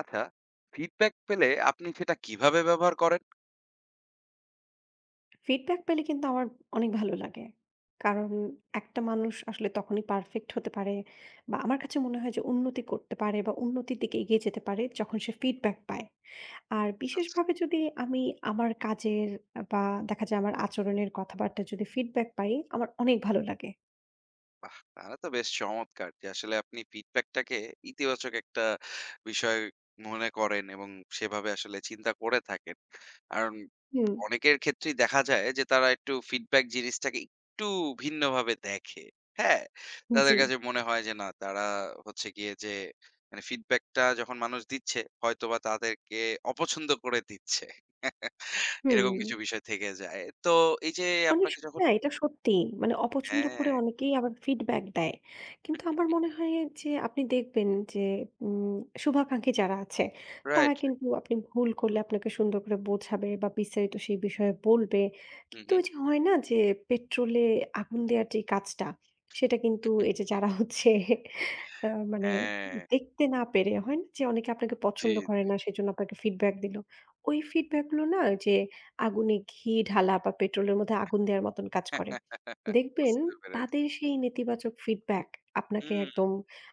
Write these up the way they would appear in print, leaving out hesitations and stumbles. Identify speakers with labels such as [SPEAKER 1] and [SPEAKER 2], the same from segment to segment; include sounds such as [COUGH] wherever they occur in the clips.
[SPEAKER 1] আচ্ছা, ফিডব্যাক পেলে আপনি সেটা কিভাবে ব্যবহার করেন?
[SPEAKER 2] ফিডব্যাক পেলে কিন্তু আমার অনেক ভালো লাগে। কারণ একটা মানুষ আসলে তখনই পারফেক্ট হতে পারে বা আমার কাছে মনে হয় যে উন্নতি করতে পারে বা উন্নতির দিকে এগিয়ে যেতে পারে যখন সে ফিডব্যাক পায়। আর
[SPEAKER 1] আচ্ছা, আচ্ছা।
[SPEAKER 2] বিশেষভাবে যদি আমি আমার কাজের বা দেখা যায় আমার আচরণের কথাবার্তা যদি ফিডব্যাক পাই, আমার অনেক ভালো লাগে।
[SPEAKER 1] বাহ! তাহলে তো বেশ চমৎকার যে আসলে আপনি ফিডব্যাকটাকে ইতিবাচক একটা বিষয় মনে করেন এবং সেভাবে আসলে চিন্তা করে থাকেন। কারণ
[SPEAKER 2] হুম,
[SPEAKER 1] অনেকের ক্ষেত্রেই দেখা যায় যে তারা একটু ফিডব্যাক জিনিসটাকে একটু ভিন্নভাবে দেখে। হ্যাঁ? তাদের
[SPEAKER 2] জি,
[SPEAKER 1] কাছে মনে হয় যে, না, তারা হচ্ছে গিয়ে যে মানে ফিডব্যাকটা যখন মানুষ দিচ্ছে হয়তোবা তাদেরকে অপছন্দ করে দিচ্ছে।
[SPEAKER 2] হুম।
[SPEAKER 1] এরকম কিছু বিষয় থেকে যায়। তো এই যে
[SPEAKER 2] অনেক
[SPEAKER 1] আপনাকে
[SPEAKER 2] সময়
[SPEAKER 1] যখন,
[SPEAKER 2] না এটা সত্যি। মানে অপছন্দ
[SPEAKER 1] হ্যাঁ,
[SPEAKER 2] করে অনেকেই আবার ফিডব্যাক দেয়। কিন্তু আমার মনে হয় যে আপনি দেখবেন যে উম শুভাকাঙ্ক্ষী যারা আছে তারা
[SPEAKER 1] রাইট, রাইট।
[SPEAKER 2] কিন্তু আপনি ভুল করলে আপনাকে সুন্দর করে বোঝাবে বা বিস্তারিত সেই বিষয়ে বলবে।
[SPEAKER 1] হু,
[SPEAKER 2] কিন্তু
[SPEAKER 1] হু।
[SPEAKER 2] ওই যে হয় না যে পেট্রোলে আগুন দেয়ার যে কাজটা সেটা কিন্তু এই যে যারা হচ্ছে আ মানে
[SPEAKER 1] হ্যাঁ,
[SPEAKER 2] দেখতে না পেরে হয় না যে অনেকে আপনাকে
[SPEAKER 1] জি,
[SPEAKER 2] পছন্দ করে
[SPEAKER 1] জি।
[SPEAKER 2] না সেজন্য আপনাকে ফিডব্যাক দিল। ওই ফিডব্যাক গুলো না যে আগুনে ঘি ঢালা বা পেট্রোলের মধ্যে আগুন দেওয়ার মতন কাজ করে।
[SPEAKER 1] [LAUGHS]
[SPEAKER 2] দেখবেন
[SPEAKER 1] বুঝতে পেরেছি।
[SPEAKER 2] তাদের সেই নেতিবাচক ফিডব্যাক আপনাকে
[SPEAKER 1] হুম,
[SPEAKER 2] একদম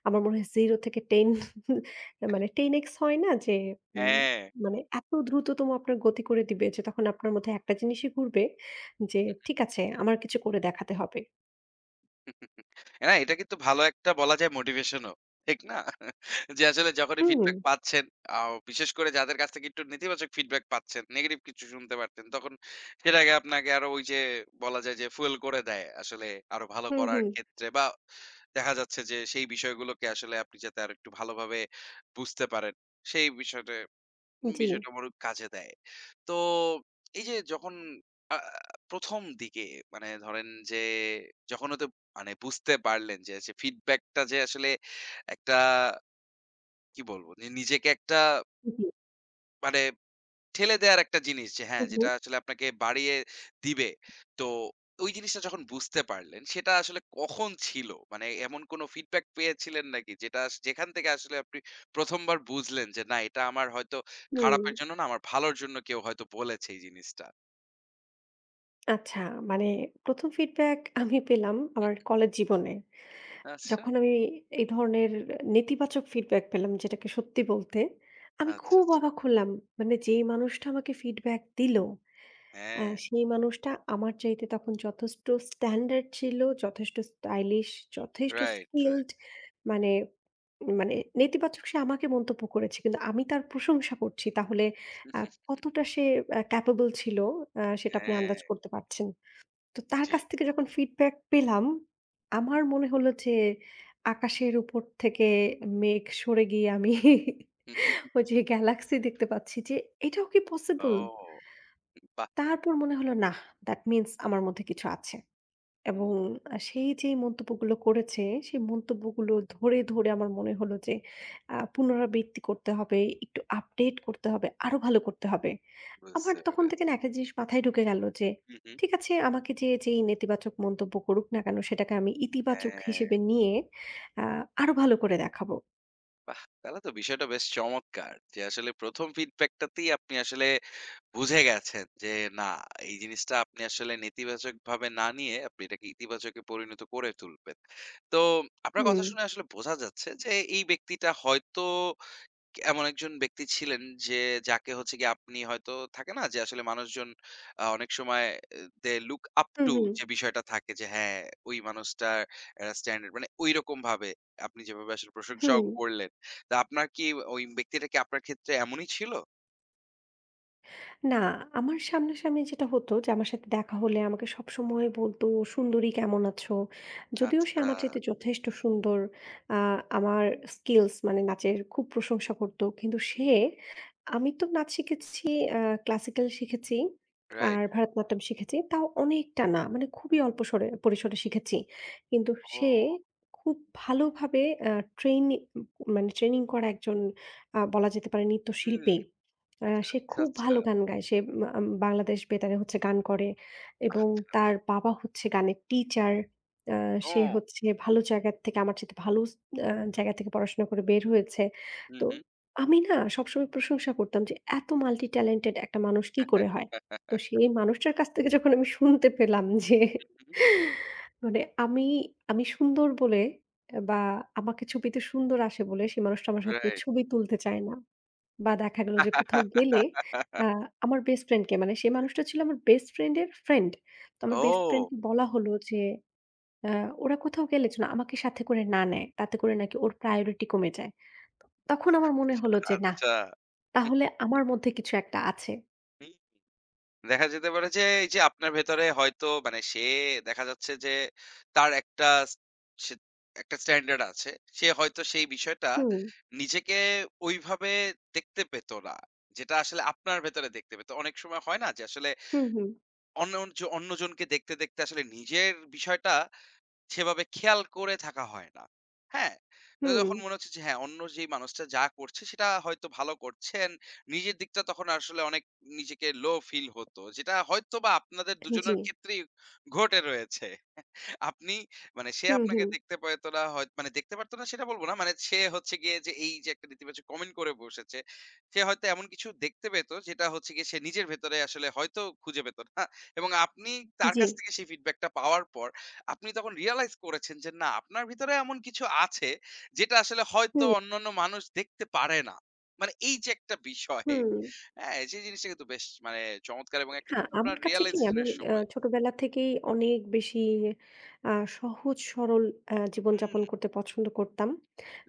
[SPEAKER 2] আমার মনে হয় 0 থেকে 10 [LAUGHS] মানে 10x হয় না যে উম
[SPEAKER 1] হ্যাঁ।
[SPEAKER 2] মানে এত দ্রুততম আপনার গতি করে দিবে যে তখন আপনার মধ্যে একটা জিনিসই ঘুরবে যে ঠিক আছে আমার কিছু করে দেখাতে হবে।
[SPEAKER 1] [LAUGHS] না, এটা কিন্তু ভালো একটা বলা যায়, মোটিভেশনও। ঠিক না? যে আসলে যখনই
[SPEAKER 2] হুম,
[SPEAKER 1] ফিডব্যাক পাচ্ছেন, আও বিশেষ করে যাদের কাছ থেকে একটু নেতিবাচক ফিডব্যাক পাচ্ছেন, নেগেটিভ কিছু শুনতে পারতেন, তখন সেটাকে আপনাকে আরো ওই যে বলা যায় যে ফুয়েল করে দেয় আসলে আরো ভালো
[SPEAKER 2] হুম,
[SPEAKER 1] করার
[SPEAKER 2] হুম,
[SPEAKER 1] ক্ষেত্রে, বা দেখা যাচ্ছে যে সেই বিষয়গুলোকে আসলে আপনি যাতে আরেকটু ভালোভাবে বুঝতে পারেন, সেই বিষয়টা
[SPEAKER 2] জি,
[SPEAKER 1] বিষয়টা বড় কাজে দেয়। তো এই যে যখন আ ১ম দিকে, মানে ধরেন যে, যখন হয়তো মানে বুঝতে পারলেন যে, ফিডব্যাকটা যে ফিডব্যাক টা যে আসলে একটা, কি বলবো? যে নিজেকে একটা
[SPEAKER 2] জি,
[SPEAKER 1] মানে ঠেলে দেয়ার একটা জিনিস, যে
[SPEAKER 2] হু,
[SPEAKER 1] হ্যাঁ,
[SPEAKER 2] হু,
[SPEAKER 1] যেটা আসলে আপনাকে বাড়িয়ে দিবে। তো ওই জিনিসটা যখন বুঝতে পারলেন, সেটা আসলে কখন ছিল? মানে এমন কোন ফিডব্যাক পেয়েছিলেন নাকি? যেটা যেখান থেকে আসলে আপনি ১ম বার বুঝলেন যে, না, এটা আমার হয়তো
[SPEAKER 2] হুম।
[SPEAKER 1] খারাপের জন্য না, আমার ভালোর জন্য কেউ হয়তো বলেছে এই জিনিসটা।
[SPEAKER 2] আচ্ছা, মানে ১ম ফিডব্যাক আমি পেলাম আমার কলেজ জীবনে।
[SPEAKER 1] আচ্ছা,
[SPEAKER 2] যখন আমি এই ধরনের নেতিবাচক ফিডব্যাক পেলাম যেটাকে সত্যি বলতে, আমি
[SPEAKER 1] আচ্ছা,
[SPEAKER 2] খুব
[SPEAKER 1] আচ্ছা।
[SPEAKER 2] অবাক হলাম। মানে যেই মানুষটা আমাকে ফিডব্যাক দিল,
[SPEAKER 1] হ্যাঁ,
[SPEAKER 2] সেই মানুষটা আমার চাইতে তখন যথেষ্ট স্ট্যান্ডার্ড ছিল, যথেষ্ট স্টাইলিশ, যথেষ্ট
[SPEAKER 1] রাইট,
[SPEAKER 2] স্কিলড।
[SPEAKER 1] রাইট।
[SPEAKER 2] মানে মানে নেতিবাচক সে আমাকে মন্তব্য করেছে। কিন্তু আমি তার প্রশংসা করছি। তাহলে আ কতটা সে ক্যাপেবল ছিল সেটা আপনি
[SPEAKER 1] হ্যাঁ,
[SPEAKER 2] আন্দাজ করতে পারছেন। তো তার
[SPEAKER 1] জি।
[SPEAKER 2] কাছ থেকে যখন ফিডব্যাক পেলাম, আমার মনে হলো যে আকাশের উপর থেকে মেঘ সরে গিয়ে আমি [LAUGHS] ওই যে গ্যালাক্সি দেখতে পাচ্ছি যে এটাও কি পসিবল?
[SPEAKER 1] ও, বাহ!
[SPEAKER 2] তারপর মনে হলো না, দ্যাট মিনস আমার মধ্যে কিছু আছে। এবং
[SPEAKER 1] হুম।
[SPEAKER 2] সেই যে মন্তব্যগুলো করেছে, সেই মন্তব্যগুলো ধরে আমার মনে হলো যে পুনরাবৃত্তি করতে হবে, একটু আপডেট করতে হবে, আরো ভালো করতে হবে। আমার
[SPEAKER 1] বুঝতে
[SPEAKER 2] তখন থেকে
[SPEAKER 1] পেরেছি।
[SPEAKER 2] না একটা জিনিস মাথায় ঢুকে গেল যে
[SPEAKER 1] হু, হু।
[SPEAKER 2] ঠিক আছে আমাকে যে যেই নেতিবাচক মন্তব্য করুক না কেন সেটাকে আমি ইতিবাচক
[SPEAKER 1] হ্যাঁ।
[SPEAKER 2] হিসেবে নিয়ে আ আরো ভালো করে দেখাবো।
[SPEAKER 1] বাহ! তাহলে তো বিষয়টা বেশ চমৎকার। যে আসলে ১ম ফিডব্যাকটাতেই আপনি আসলে বুঝে গেছেন যে, না, এই জিনিসটা আপনি আসলে নেতিবাচকভাবে না নিয়ে আপনি এটাকে ইতিবাচকে পরিণত করে তুলবেন। তো আপনার
[SPEAKER 2] হুম,
[SPEAKER 1] কথা শুনে আসলে বোঝা যাচ্ছে যে, এই ব্যক্তিটা হয়তো এমন একজন ব্যক্তি ছিলেন যে, যাকে হচ্ছে গিয়ে আপনি হয়তো, থাকে না যে আসলে মানুষজন অনেক সময় they look up
[SPEAKER 2] hmm,
[SPEAKER 1] to,
[SPEAKER 2] hmm,
[SPEAKER 1] যে বিষয়টা থাকে যে হ্যাঁ, ওই মানুষটার একটা স্ট্যান্ডার্ড মানে ঐরকম ভাবে আপনি যেভাবে আসলে প্রশংসাও
[SPEAKER 2] হুম।
[SPEAKER 1] করলেন। তো আপনার কি, ওই ব্যক্তিটা কি আপনার ক্ষেত্রে এমনই ছিল?
[SPEAKER 2] না, আমার সামনাসামনি যেটা হতো যে আমার সাথে দেখা হলে আমাকে সবসময় বলতো, "সুন্দরী কেমন আছো?" যদিও সে
[SPEAKER 1] আচ্ছা।
[SPEAKER 2] আমার চাইতে যথেষ্ট সুন্দর। আ আমার স্কিলস মানে নাচের খুব প্রশংসা করত। কিন্তু সে
[SPEAKER 1] হুম,
[SPEAKER 2] আমি তো নাচ শিখেছি, ক্লাসিক্যাল শিখেছি
[SPEAKER 1] রাইট।
[SPEAKER 2] আর ভারতনাট্যম শিখেছি। তাও অনেকটা না মানে খুবই অল্প স্বরে পরিসরে শিখেছি। কিন্তু সে
[SPEAKER 1] ও,
[SPEAKER 2] খুব ভালোভাবে আ ট্রেইনি মানে ট্রেনিং করা একজন বলা যেতে পারে
[SPEAKER 1] হুম,
[SPEAKER 2] নৃত্যশিল্পী। সে খুব
[SPEAKER 1] আচ্ছা,
[SPEAKER 2] ভালো গান গায়। সে মা আম বাংলাদেশ বেতারে হচ্ছে গান করে এবং
[SPEAKER 1] আচ্ছা।
[SPEAKER 2] তার বাবা হচ্ছে গানের টিচার। আ সে
[SPEAKER 1] ও,
[SPEAKER 2] হচ্ছে ভালো জায়গা থেকে আমার চাইতে ভালো স আ জায়গা থেকে পড়াশোনা করে বের হয়েছে।
[SPEAKER 1] হু,
[SPEAKER 2] তো
[SPEAKER 1] হু।
[SPEAKER 2] আমি না সবসময় প্রশংসা করতাম যে এত মাল্টি ট্যালেন্টেড একটা মানুষ কি করে হয়? তো সেই মানুষটার কাছ থেকে যখন আমি শুনতে পেলাম যে
[SPEAKER 1] হুম,
[SPEAKER 2] মানে আমি সুন্দর বলে বা আমাকে ছবিতে সুন্দর আসে বলে সে মানুষটা আমার সাথে
[SPEAKER 1] রাইট।
[SPEAKER 2] ছবি তুলতে চায় না। বা দেখা গেল যে কোথাও গেলে
[SPEAKER 1] [LAUGHS]
[SPEAKER 2] আ আমার বেস্ট ফ্রেন্ডকে মানে সে মানুষটা ছিল আমার বেস্ট ফ্রেন্ডের ফ্রেন্ড। তো আমার বেস্ট
[SPEAKER 1] ও,
[SPEAKER 2] ফ্রেন্ডকে বলা হলো যে আ ওরা কোথাও গেলে যেন আমাকে সাথে করে না নেয়। তাতে করে নাকি ওর প্রায়োরিটি কমে যায়। তখন আমার মনে হলো যে না,
[SPEAKER 1] আচ্ছা।
[SPEAKER 2] তাহলে আমার মধ্যে কিছু একটা আছে।
[SPEAKER 1] [LAUGHS] দেখা যেতে পারে যে এই যে আপনার ভেতরে হয়তো মানে সে, দেখা যাচ্ছে যে তার একটা স- সে একটা স্ট্যান্ডার্ড আছে, সে হয়তো সেই বিষয়টা
[SPEAKER 2] হুম,
[SPEAKER 1] নিজেকে ওইভাবে দেখতে পেতো না, যেটা আসলে আপনার ভেতরে দেখতে পেতো। অনেক সময় হয় না যে আসলে
[SPEAKER 2] হুম, হুম,
[SPEAKER 1] অন্য অন্যজনকে দেখতে দেখতে আসলে নিজের বিষয়টা সেভাবে খেয়াল করে থাকা হয় না। হ্যাঁ? তো
[SPEAKER 2] হুম,
[SPEAKER 1] যখন মনে হচ্ছে যে হ্যাঁ, অন্য যেই মানুষটা যা করছে সেটা হয়তো ভালো করছেন। নিজের দিকটা তখন আসলে অনেক, নিজেকে লো ফিল হতো। যেটা হয়তোবা আপনাদের
[SPEAKER 2] জি,
[SPEAKER 1] দুজনের ক্ষেত্রেই ঘটে রয়েছে। আপনি, মানে সে
[SPEAKER 2] হুম,
[SPEAKER 1] আপনাকে
[SPEAKER 2] হুম,
[SPEAKER 1] দেখতে পেত না, হয় মানে দেখতে পারত না সেটা বলব না। মানে সে হচ্ছে গিয়ে যে এই যে একটা নেতিবাচক কমেন্ট করে বসেছে। সে হয়তো এমন কিছু দেখতে পেত যেটা হচ্ছে গিয়ে সে নিজের ভেতরে আসলে হয়তো খুঁজে পেত না। এবং আপনি তার
[SPEAKER 2] জি,
[SPEAKER 1] কাছ থেকে সেই ফিডব্যাকটা পাওয়ার পর আপনি তখন রিয়ালাইজ করেছেন যে, না, আপনার ভিতরে এমন কিছু আছে যেটা আসলে হয়তো
[SPEAKER 2] হুম,
[SPEAKER 1] অন্যান্য মানুষ দেখতে পারে না। মানে এই যে একটা বিষয়,
[SPEAKER 2] হুম।
[SPEAKER 1] হ্যাঁ? সেই জিনিসটা কিন্তু বেশ মানে চমৎকার, এবং একটা
[SPEAKER 2] হ্যাঁ,
[SPEAKER 1] কিন্তু আপনার
[SPEAKER 2] আমার কাছে কি
[SPEAKER 1] রিয়ালাইজেশন
[SPEAKER 2] আমি
[SPEAKER 1] এর সময়।
[SPEAKER 2] ছোটবেলা থেকেই অনেক বেশি আ সহজ সরল
[SPEAKER 1] হুম,
[SPEAKER 2] জীবনযাপন করতে পছন্দ করতাম।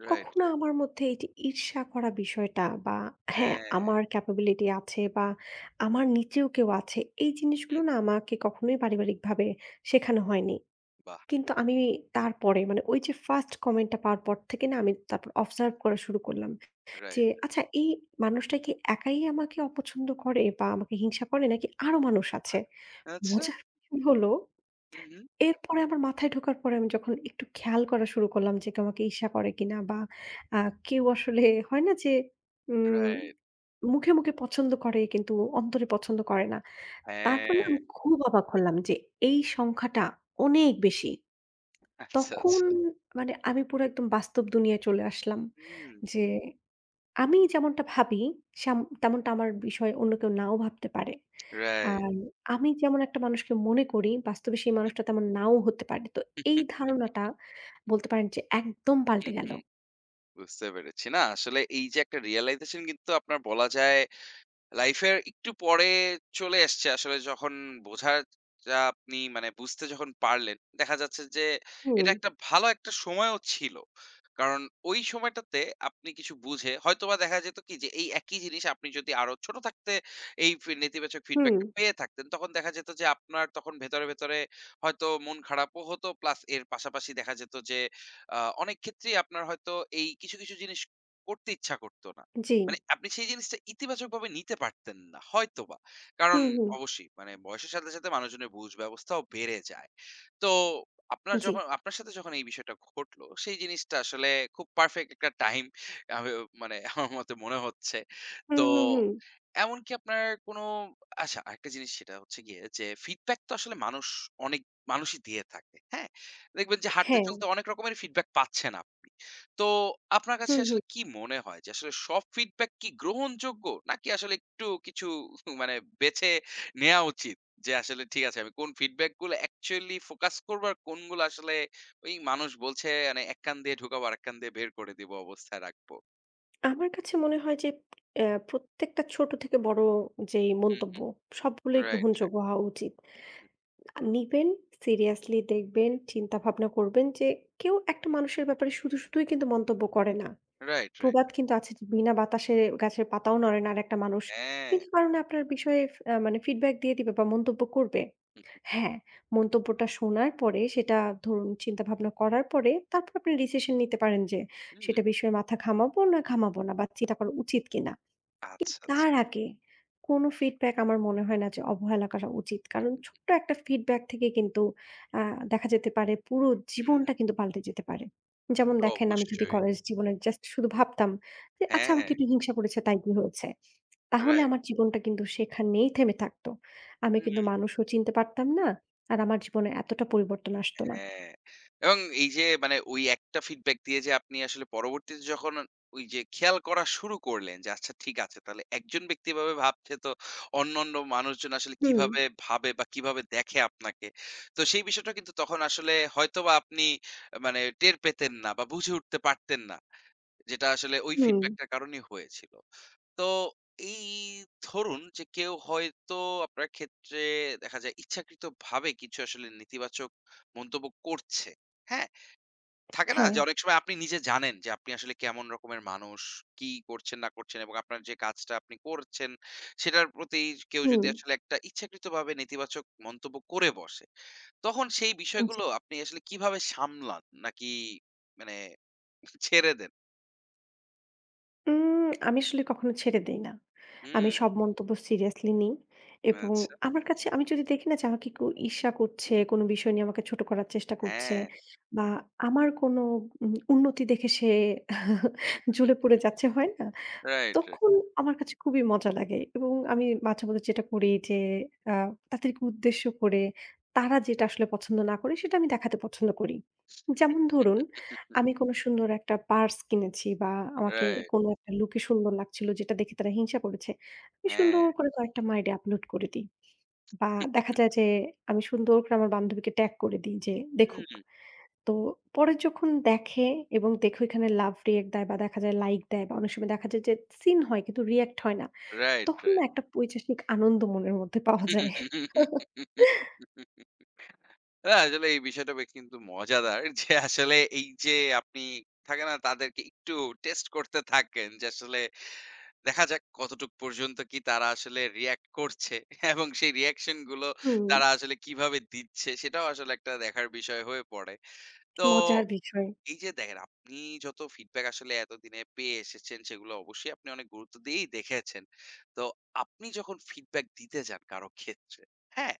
[SPEAKER 1] রাইট,
[SPEAKER 2] কখনো
[SPEAKER 1] রাইট।
[SPEAKER 2] আমার মধ্যে এই যে ঈর্ষা করা বিষয়টা বা হ্যাঁ,
[SPEAKER 1] হ্যাঁ,
[SPEAKER 2] আমার ক্যাপাবিলিটি আছে বা আমার নিচেও কেউ আছে, এই জিনিসগুলো
[SPEAKER 1] হুম,
[SPEAKER 2] না আমাকে কখনোই পারিবারিকভাবে শেখানো হয়নি।
[SPEAKER 1] বাহ!
[SPEAKER 2] কিন্তু আমি তারপরে মানে ওই যে ফার্স্ট কমেন্টটা পাওয়ার পর থেকে না আমি তারপর অবজার্ভ করা শুরু করলাম যে
[SPEAKER 1] রাইট।
[SPEAKER 2] আচ্ছা, এই মানুষটা কি একাই আমাকে অপছন্দ করে বা আমাকে হিংসা করে নাকি আরো মানুষ আছে?
[SPEAKER 1] আচ্ছা,
[SPEAKER 2] মজার বিষয় হলো
[SPEAKER 1] হুম, হুম,
[SPEAKER 2] এরপরে আমার মাথায় ঢোকার পরে আমি যখন একটু খেয়াল করা শুরু করলাম যে কেউ আমাকে ঈর্ষা করে কিনা বা আ কেউ আসলে হয় না যে উম
[SPEAKER 1] রাইট।
[SPEAKER 2] মুখে মুখে পছন্দ করে কিন্তু অন্তরে পছন্দ করে না। তারপর না
[SPEAKER 1] হ্যাঁ,
[SPEAKER 2] আমি খুব অবাক হলাম যে এই সংখ্যাটা অনেক বেশি।
[SPEAKER 1] আচ্ছা,
[SPEAKER 2] তখন
[SPEAKER 1] আচ্ছা।
[SPEAKER 2] মানে আমি পুরো একদম বাস্তব দুনিয়ায় চলে আসলাম
[SPEAKER 1] হুম,
[SPEAKER 2] যে আমি যেমনটা ভাবি সেম তেমনটা আমার বিষয়ে অন্য কেউ নাও ভাবতে পারে।
[SPEAKER 1] রাইট।
[SPEAKER 2] আর আমি যেমন একটা মানুষকে মনে করি, বাস্তবে সেই মানুষটা তেমন নাও হতে পারে। তো এই ধারণাটা বলতে পারেন যে একদম পাল্টে গেল।
[SPEAKER 1] বুঝতে পেরেছি। না, আসলে এই যে একটা রিয়ালাইজেশন কিন্তু আপনার বলা যায় লাইফের একটু পরে চলে এসছে আসলে, যখন বোঝার, যা আপনি মানে বুঝতে যখন পারলেন, দেখা যাচ্ছে যে এটা
[SPEAKER 2] হুম,
[SPEAKER 1] একটা ভালো একটা সময়ও ছিল। কারণ ওই সময়টাতে আপনি কিছু বুঝে হয়তোবা দেখা যেত কি, যে এই একই জিনিস আপনি যদি আরো ছোট থাকতে এই নেতিবাচক
[SPEAKER 2] হুম,
[SPEAKER 1] ফিডব্যাকটা পেয়ে থাকতেন, তখন দেখা যেত যে আপনার তখন ভেতরে, ভেতরে হয়তো মন খারাপও হতো, প্লাস এর পাশাপাশি দেখা যেত যে আ অনেক ক্ষেত্রেই আপনার হয়তো এই কিছু, কিছু জিনিস করতে ইচ্ছা করত না।
[SPEAKER 2] জি,
[SPEAKER 1] মানে আপনি সেই জিনিসটা ইতিবাচকভাবে নিতে পারতেন না হয়তোবা। কারণ
[SPEAKER 2] হুম, হুম,
[SPEAKER 1] অবশ্যই মানে বয়সের সাথে, সাথে মানুষজনের বুঝ ব্যবস্থাও বেড়ে যায়। তো আপনার
[SPEAKER 2] জি,
[SPEAKER 1] যখন, আপনার সাথে যখন এই বিষয়টা ঘটলো, সেই জিনিসটা আসলে খুব পারফেক্ট একটা টাইম, আমি মানে আমার মতে মনে হচ্ছে। তো
[SPEAKER 2] হুম, হুম, হুম,
[SPEAKER 1] এমনকি আপনার কোনো, আচ্ছা আরেকটা জিনিস সেটা হচ্ছে গিয়ে যে, ফিডব্যাক তো আসলে মানুষ অনেক মানুষই দিয়ে থাকে। হ্যাঁ? দেখবেন যে হাঁটতে
[SPEAKER 2] হ্যাঁ,
[SPEAKER 1] চলতে অনেক রকমের ফিডব্যাক পাচ্ছেন আপনি। তো আপনার কাছে
[SPEAKER 2] হুম,
[SPEAKER 1] আসলে
[SPEAKER 2] হুম।
[SPEAKER 1] কি মনে হয় যে আসলে সব ফিডব্যাক কি গ্রহণযোগ্য, নাকি আসলে একটু কিছু [LAUGHS] মানে বেছে নেওয়া উচিত, যে আসলে ঠিক আছে আমি কোন ফিডব্যাক গুলো অ্যাকচুয়ালি ফোকাস করবো আর কোনগুলো আসলে ওই মানুষ বলছে মানে এক কান দিয়ে ঢুকাবো আর এক কান দিয়ে বের করে দিব অবস্থায় রাখবো।
[SPEAKER 2] আমার কাছে মনে হয় যে প্রত্যেকটা ছোট থেকে বড় যেই
[SPEAKER 1] হুম,
[SPEAKER 2] মন্তব্য
[SPEAKER 1] হুম।
[SPEAKER 2] সবগুলোই
[SPEAKER 1] রাইট, রাইট।
[SPEAKER 2] গ্রহণযোগ্য হওয়া উচিত। নিবেন, সিরিয়াসলি দেখবেন, চিন্তা ভাবনা করবেন যে কেউ একটা মানুষের ব্যাপারে শুধু শুধুই কিন্তু মন্তব্য করে না।
[SPEAKER 1] Right, right.
[SPEAKER 2] প্রবাদ কিন্তু আছে যে, "বিনা বাতাসে গাছের পাতাও নড়ে না।" আর একটা মানুষ
[SPEAKER 1] হ্যাঁ।
[SPEAKER 2] বিনা কারণে আপনার বিষয়ে ফ আ মানে ফিডব্যাক দিয়ে দিবে বা মন্তব্য করবে। হ্যাঁ, মন্তব্যটা শোনার পরে সেটা ধরুন চিন্তা ভাবনা করার পরে তারপর আপনি ডিসিশন নিতে পারেন যে
[SPEAKER 1] হুম।
[SPEAKER 2] সেটা বিষয়ে মাথা ঘামাবো না ঘামাবো না বা চিন্তা করা উচিত কিনা। কিন্তু
[SPEAKER 1] আচ্ছা, আচ্ছা।
[SPEAKER 2] তার আগে কোনো ফিডব্যাক আমার মনে হয় না যে অবহেলা করা উচিত। কারণ ছোট্ট একটা ফিডব্যাক থেকে কিন্তু আ দেখা যেতে পারে পুরো
[SPEAKER 1] হুম।
[SPEAKER 2] জীবনটা কিন্তু পাল্টে যেতে পারে।
[SPEAKER 1] তা
[SPEAKER 2] যেমন
[SPEAKER 1] তো
[SPEAKER 2] দেখেন আমি যদি হুম।
[SPEAKER 1] অবশ্যই।
[SPEAKER 2] কলেজ জীবনে জাস্ট শুধু ভাবতাম যে, "আচ্ছা,
[SPEAKER 1] হ্যাঁ।
[SPEAKER 2] আমাকে একটু হিংসা করেছে তাই কি হয়েছে?" তাহলে
[SPEAKER 1] রাইট।
[SPEAKER 2] আমার জীবনটা কিন্তু সেখানেই থেমে থাকতো। আমি কিন্তু মানুষও চিনতে পারতাম না। আর আমার জীবনে এতটা পরিবর্তন আসতো না।
[SPEAKER 1] হ্যাঁ, এবং এই যে মানে ওই একটা ফিডব্যাক দিয়ে যে আপনি আসলে পরবর্তীতে যখন ওই যে খেয়াল করা শুরু করলেন যে, আচ্ছা ঠিক আছে তাহলে একজন ব্যক্তি এভাবে ভাবছে, তো অন্যান্য মানুষজন আসলে
[SPEAKER 2] হুম,
[SPEAKER 1] কিভাবে ভাবে বা কিভাবে দেখে আপনাকে। তো সেই বিষয়টা কিন্তু তখন আসলে হয়তোবা আপনি মানে টের পেতেন না বা বুঝে উঠতে পারতেন না। যেটা আসলে ওই
[SPEAKER 2] হুম,
[SPEAKER 1] ফিডব্যাকটার কারণেই হয়েছিল। তো এই, ধরুন যে কেউ হয়তো আপনার ক্ষেত্রে দেখা যায় ইচ্ছাকৃতভাবে কিছু আসলে নেতিবাচক মন্তব্য করছে। হ্যাঁ? থাকে না
[SPEAKER 2] হ্যাঁ,
[SPEAKER 1] যে অনেক সময় আপনি নিজে জানেন যে আপনি আসলে কেমন রকমের মানুষ, কি করছেন না করছেন, এবং আপনার যে কাজটা আপনি করছেন সেটার প্রতি কেউ
[SPEAKER 2] হুম।
[SPEAKER 1] যদি আসলে একটা ইচ্ছাকৃতভাবে নেতিবাচক মন্তব্য করে বসে, তখন সেই বিষয়গুলো আপনি আসলে কিভাবে সামলান? নাকি মানে ছেড়ে দেন?
[SPEAKER 2] আমি আসলে কখনো ছেড়ে দেই না। আমি
[SPEAKER 1] হুম,
[SPEAKER 2] সব মন্তব্য সিরিয়াসলি নিই। এবং
[SPEAKER 1] আচ্ছা।
[SPEAKER 2] আমার কাছে আমি যদি দেখি না যে আমাকে কেউ ঈর্ষা করছে, কোনো বিষয় নিয়ে আমাকে ছোট করার চেষ্টা করছে
[SPEAKER 1] হ্যাঁ।
[SPEAKER 2] বা আমার কোনো উন্নতি দেখে সে [LAUGHS] জ্বলে
[SPEAKER 1] [LAUGHS]
[SPEAKER 2] পুড়ে যাচ্ছে, হয় না?
[SPEAKER 1] রাইট, রাইট,
[SPEAKER 2] তখন আমার কাছে খুবই মজা লাগে এবং আমি মাঝে মধ্যে যেটা করি যে আ তাদেরকে উদ্দেশ্য করে তারা যেটা আসলে পছন্দ না করে সেটা আমি দেখাতে পছন্দ করি। যেমন ধরুন আমি কোনো সুন্দর একটা পার্স কিনেছি বা আমাকে
[SPEAKER 1] রাইট।
[SPEAKER 2] কোনো একটা লুকে সুন্দর লাগছিল যেটা দেখে তারা হিংসা করেছে। আমি
[SPEAKER 1] হ্যাঁ,
[SPEAKER 2] সুন্দর করে কয়েকটা My Day আপলোড করে দিই। বা দেখা যায় যে আমি সুন্দর করে আমার বান্ধবীকে ট্যাগ করে দিই যে দেখুক।
[SPEAKER 1] হুম,
[SPEAKER 2] তো পরে যখন দেখে এবং দেখে ওইখানে লাভ রিঅ্যাক্ট দেয় বা দেখা যায় লাইক দেয় বা অনেক সময় দেখা যায় যে সিন হয় কিন্তু রিঅ্যাক্ট হয় না।
[SPEAKER 1] রাইট,
[SPEAKER 2] তখন না
[SPEAKER 1] রাইট।
[SPEAKER 2] একটা পৈশাসিক আনন্দ মনের মধ্যে পাওয়া যায়। [LAUGHS]
[SPEAKER 1] না, আসলে এই বিষয়টা বেশ কিন্তু মজাদার [LAUGHS] যে আসলে এই যে আপনি, থাকে না তাদেরকে একটু টেস্ট করতে থাকেন যে আসলে দেখা যাক কতটুক পর্যন্ত কি তারা আসলে রিঅ্যাক্ট করছে [LAUGHS] এবং সেই রিঅ্যাকশন গুলো
[SPEAKER 2] হুম,
[SPEAKER 1] তারা আসলে কিভাবে দিচ্ছে সেটাও আসলে একটা দেখার বিষয় হয়ে পড়ে। তো
[SPEAKER 2] মজার বিষয়।
[SPEAKER 1] এই যে দেখেন, আপনি যত ফিডব্যাক আসলে এতদিনে পেয়ে এসেছেন সেগুলো অবশ্যই আপনি অনেক গুরুত্ব দিয়েই দেখেছেন। তো আপনি যখন ফিডব্যাক দিতে যান কারো ক্ষেত্রে, হ্যাঁ?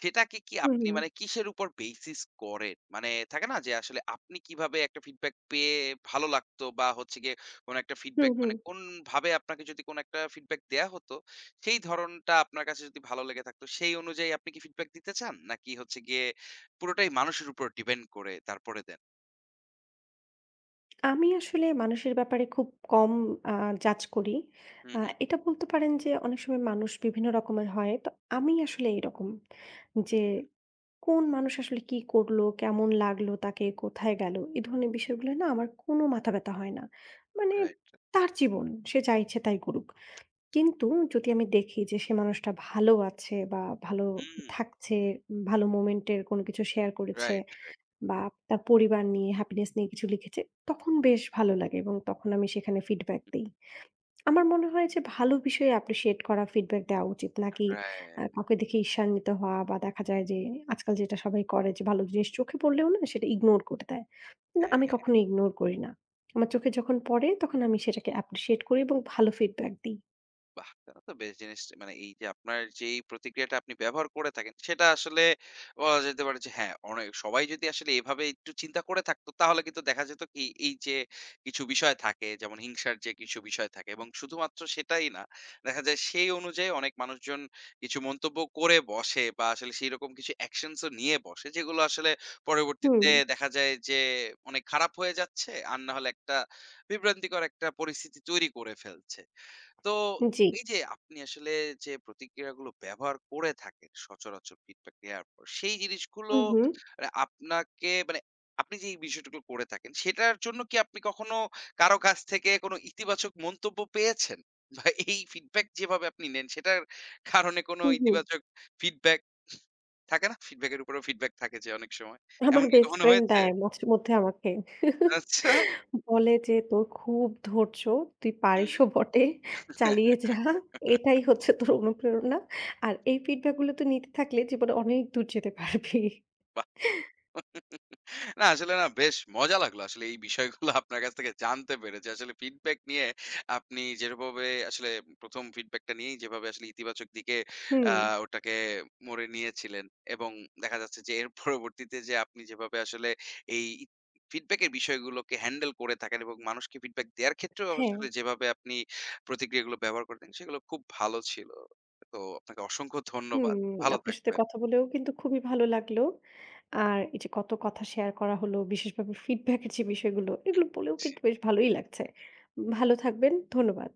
[SPEAKER 1] সেটাকে কি
[SPEAKER 2] হুম,
[SPEAKER 1] আপনি
[SPEAKER 2] হুম,
[SPEAKER 1] মানে কিসের উপর বেসিস করেন? মানে থাকে না যে আসলে আপনি কিভাবে একটা ফিডব্যাক পেয়ে ভালো লাগতো বা হচ্ছে গিয়ে কোনো একটা
[SPEAKER 2] হুম,
[SPEAKER 1] ফিডব্যাক
[SPEAKER 2] হুম।
[SPEAKER 1] মানে কোনভাবে আপনাকে যদি কোনো একটা ফিডব্যাক দেয়া হতো, সেই ধরনটা আপনার কাছে যদি ভালো লেগে থাকতো সেই অনুযায়ী আপনি কি ফিডব্যাক দিতে চান? নাকি হচ্ছে গিয়ে পুরোটাই মানুষের উপর ডিপেন্ড করে তারপরে দেন?
[SPEAKER 2] আমি আসলে মানুষের ব্যাপারে খুব কম আ জাজ করি।
[SPEAKER 1] হু,
[SPEAKER 2] আ
[SPEAKER 1] হু।
[SPEAKER 2] এটা বলতে পারেন যে অনেক সময় মানুষ বিভিন্ন রকমের হয়। তো আমি আসলে এরকম
[SPEAKER 1] হুম,
[SPEAKER 2] যে কোন মানুষ আসলে কি করলো, কেমন লাগলো তাকে, কোথায় গেল এ ধরনের বিষয়গুলো না আমার কোনো মাথা ব্যথা হয় না। মানে
[SPEAKER 1] রাইট।
[SPEAKER 2] তার জীবন সে যা ইচ্ছে তাই করুক। কিন্তু যদি আমি দেখি যে সে মানুষটা ভালো আছে বা ভালো
[SPEAKER 1] হুম,
[SPEAKER 2] থাকছে, ভালো মোমেন্ট এর কোনো কিছু শেয়ার করেছে
[SPEAKER 1] রাইট, রাইট,
[SPEAKER 2] বা তার পরিবার নিয়ে হ্যাপিনেস নিয়ে কিছু লিখেছে, তখন বেশ ভালো লাগে এবং তখন আমি সেখানে ফিডব্যাক দেই। আমার মনে হয় যে ভালো বিষয়ে অ্যাপ্রিশিয়েট করা ফিডব্যাক দেওয়া উচিত। নাকি
[SPEAKER 1] রাইট।
[SPEAKER 2] কাউকে দেখে ঈর্ষান্বিত হওয়া বা দেখা যায় যে আজকাল যেটা সবাই করে যে ভালো জিনিস চোখে পড়লেও না সেটা ইগনোর করে দেয়। কিন্তু আমি
[SPEAKER 1] হ্যাঁ,
[SPEAKER 2] কখনো ইগনোর করি না। আমার চোখে যখন পড়ে তখন আমি সেটাকে অ্যাপ্রিশিয়েট করি এবং ভালো ফিডব্যাক দিই।
[SPEAKER 1] বাহ! তাহলে তো বেশ জিনিস, মানে এই যে আপনার যেই প্রতিক্রিয়াটা আপনি ব্যবহার করে থাকেন সেটা আসলে বলা যেতে পারে যে হ্যাঁ, অনেক সবাই যদি আসলে এভাবে একটু চিন্তা করে থাকতো তাহলে কিন্তু দেখা যেত কি, এই যে কিছু বিষয় থাকে, যেমন হিংসার যে কিছু বিষয় থাকে এবং শুধুমাত্র সেটাই না, দেখা যায় সেই অনুযায়ী অনেক মানুষজন কিছু মন্তব্য করে বসে বা আসলে সেইরকম কিছু অ্যাকশনস ও নিয়ে বসে যেগুলো আসলে
[SPEAKER 2] হুম,
[SPEAKER 1] পরবর্তীতে দেখা যায় যে অনেক খারাপ হয়ে যাচ্ছে, আর না হলে একটা বিভ্রান্তিকর একটা পরিস্থিতি তৈরি করে ফেলছে। তো
[SPEAKER 2] জি,
[SPEAKER 1] এই যে আপনি আসলে যে প্রতিক্রিয়াগুলো ব্যবহার করে থাকেন সচরাচর ফিডব্যাক দেওয়ার পর, সেই জিনিসগুলো
[SPEAKER 2] হু, হু,
[SPEAKER 1] মানে আপনাকে মানে আপনি যে এই বিষয়টুকু করে থাকেন সেটার জন্য কি আপনি কখনো কারো কাছ থেকে কোনো ইতিবাচক মন্তব্য পেয়েছেন [LAUGHS] বা এই ফিডব্যাক যেভাবে আপনি নেন সেটার কারণে কোনো
[SPEAKER 2] হু, হু।
[SPEAKER 1] ইতিবাচক ফিডব্যাক, থাকে না ফিডব্যাকের উপরেও ফিডব্যাক থাকে যে অনেক সময়,
[SPEAKER 2] আমার
[SPEAKER 1] এমন কি
[SPEAKER 2] বেস্ট
[SPEAKER 1] কখনো
[SPEAKER 2] ফ্রেন্ড
[SPEAKER 1] হয়েছে?
[SPEAKER 2] দেয় মাঝে মধ্যে আমাকে।
[SPEAKER 1] আচ্ছা।
[SPEAKER 2] বলে যে, "তোর খুব ধৈর্য, তুই
[SPEAKER 1] হুম।
[SPEAKER 2] পারিসও বটে, চালিয়ে যা।
[SPEAKER 1] [LAUGHS]
[SPEAKER 2] এটাই হচ্ছে তোর অনুপ্রেরণা। আর এই ফিডব্যাক গুলো তুই নিতে থাকলে জীবনে অনেক দূর যেতে পারবি।"
[SPEAKER 1] বাহ! না, আসলে না, বেশ মজা লাগলো আসলে এই বিষয়গুলো [LAUGHS] আপনার কাছ থেকে জানতে পেরে, যে আসলে ফিডব্যাক নিয়ে আপনি যেভাবে আসলে, প্রথম ফিডব্যাকটা নিয়েই যেভাবে আসলে ইতিবাচক দিকে
[SPEAKER 2] হুম,
[SPEAKER 1] আহ, ওটাকে মোড়ে নিয়েছিলেন এবং দেখা যাচ্ছে যে এর পরবর্তীতে যে আপনি যেভাবে আসলে এই ফিডব্যাকের বিষয়গুলোকে হ্যান্ডেল করে থাকেন এবং মানুষকে ফিডব্যাক দেওয়ার ক্ষেত্রেও
[SPEAKER 2] হ্যাঁ,
[SPEAKER 1] আসলে যেভাবে আপনি প্রতিক্রিয়াগুলো ব্যবহার করতেন সেগুলো খুব ভালো ছিল। তো আপনাকে অসংখ্য
[SPEAKER 2] হুম।
[SPEAKER 1] ধন্যবাদ। ভালো
[SPEAKER 2] আপনার সাথে
[SPEAKER 1] থাকবেন।
[SPEAKER 2] কথা বলেও কিন্তু খুবই ভালো লাগলো। আর এই যে কত কথা শেয়ার করা হলো, বিশেষভাবে ফিডব্যাক এর যে বিষয়গুলো, এগুলো বলেও কিন্তু বেশ ভালোই লাগছে। ভালো থাকবেন। ধন্যবাদ।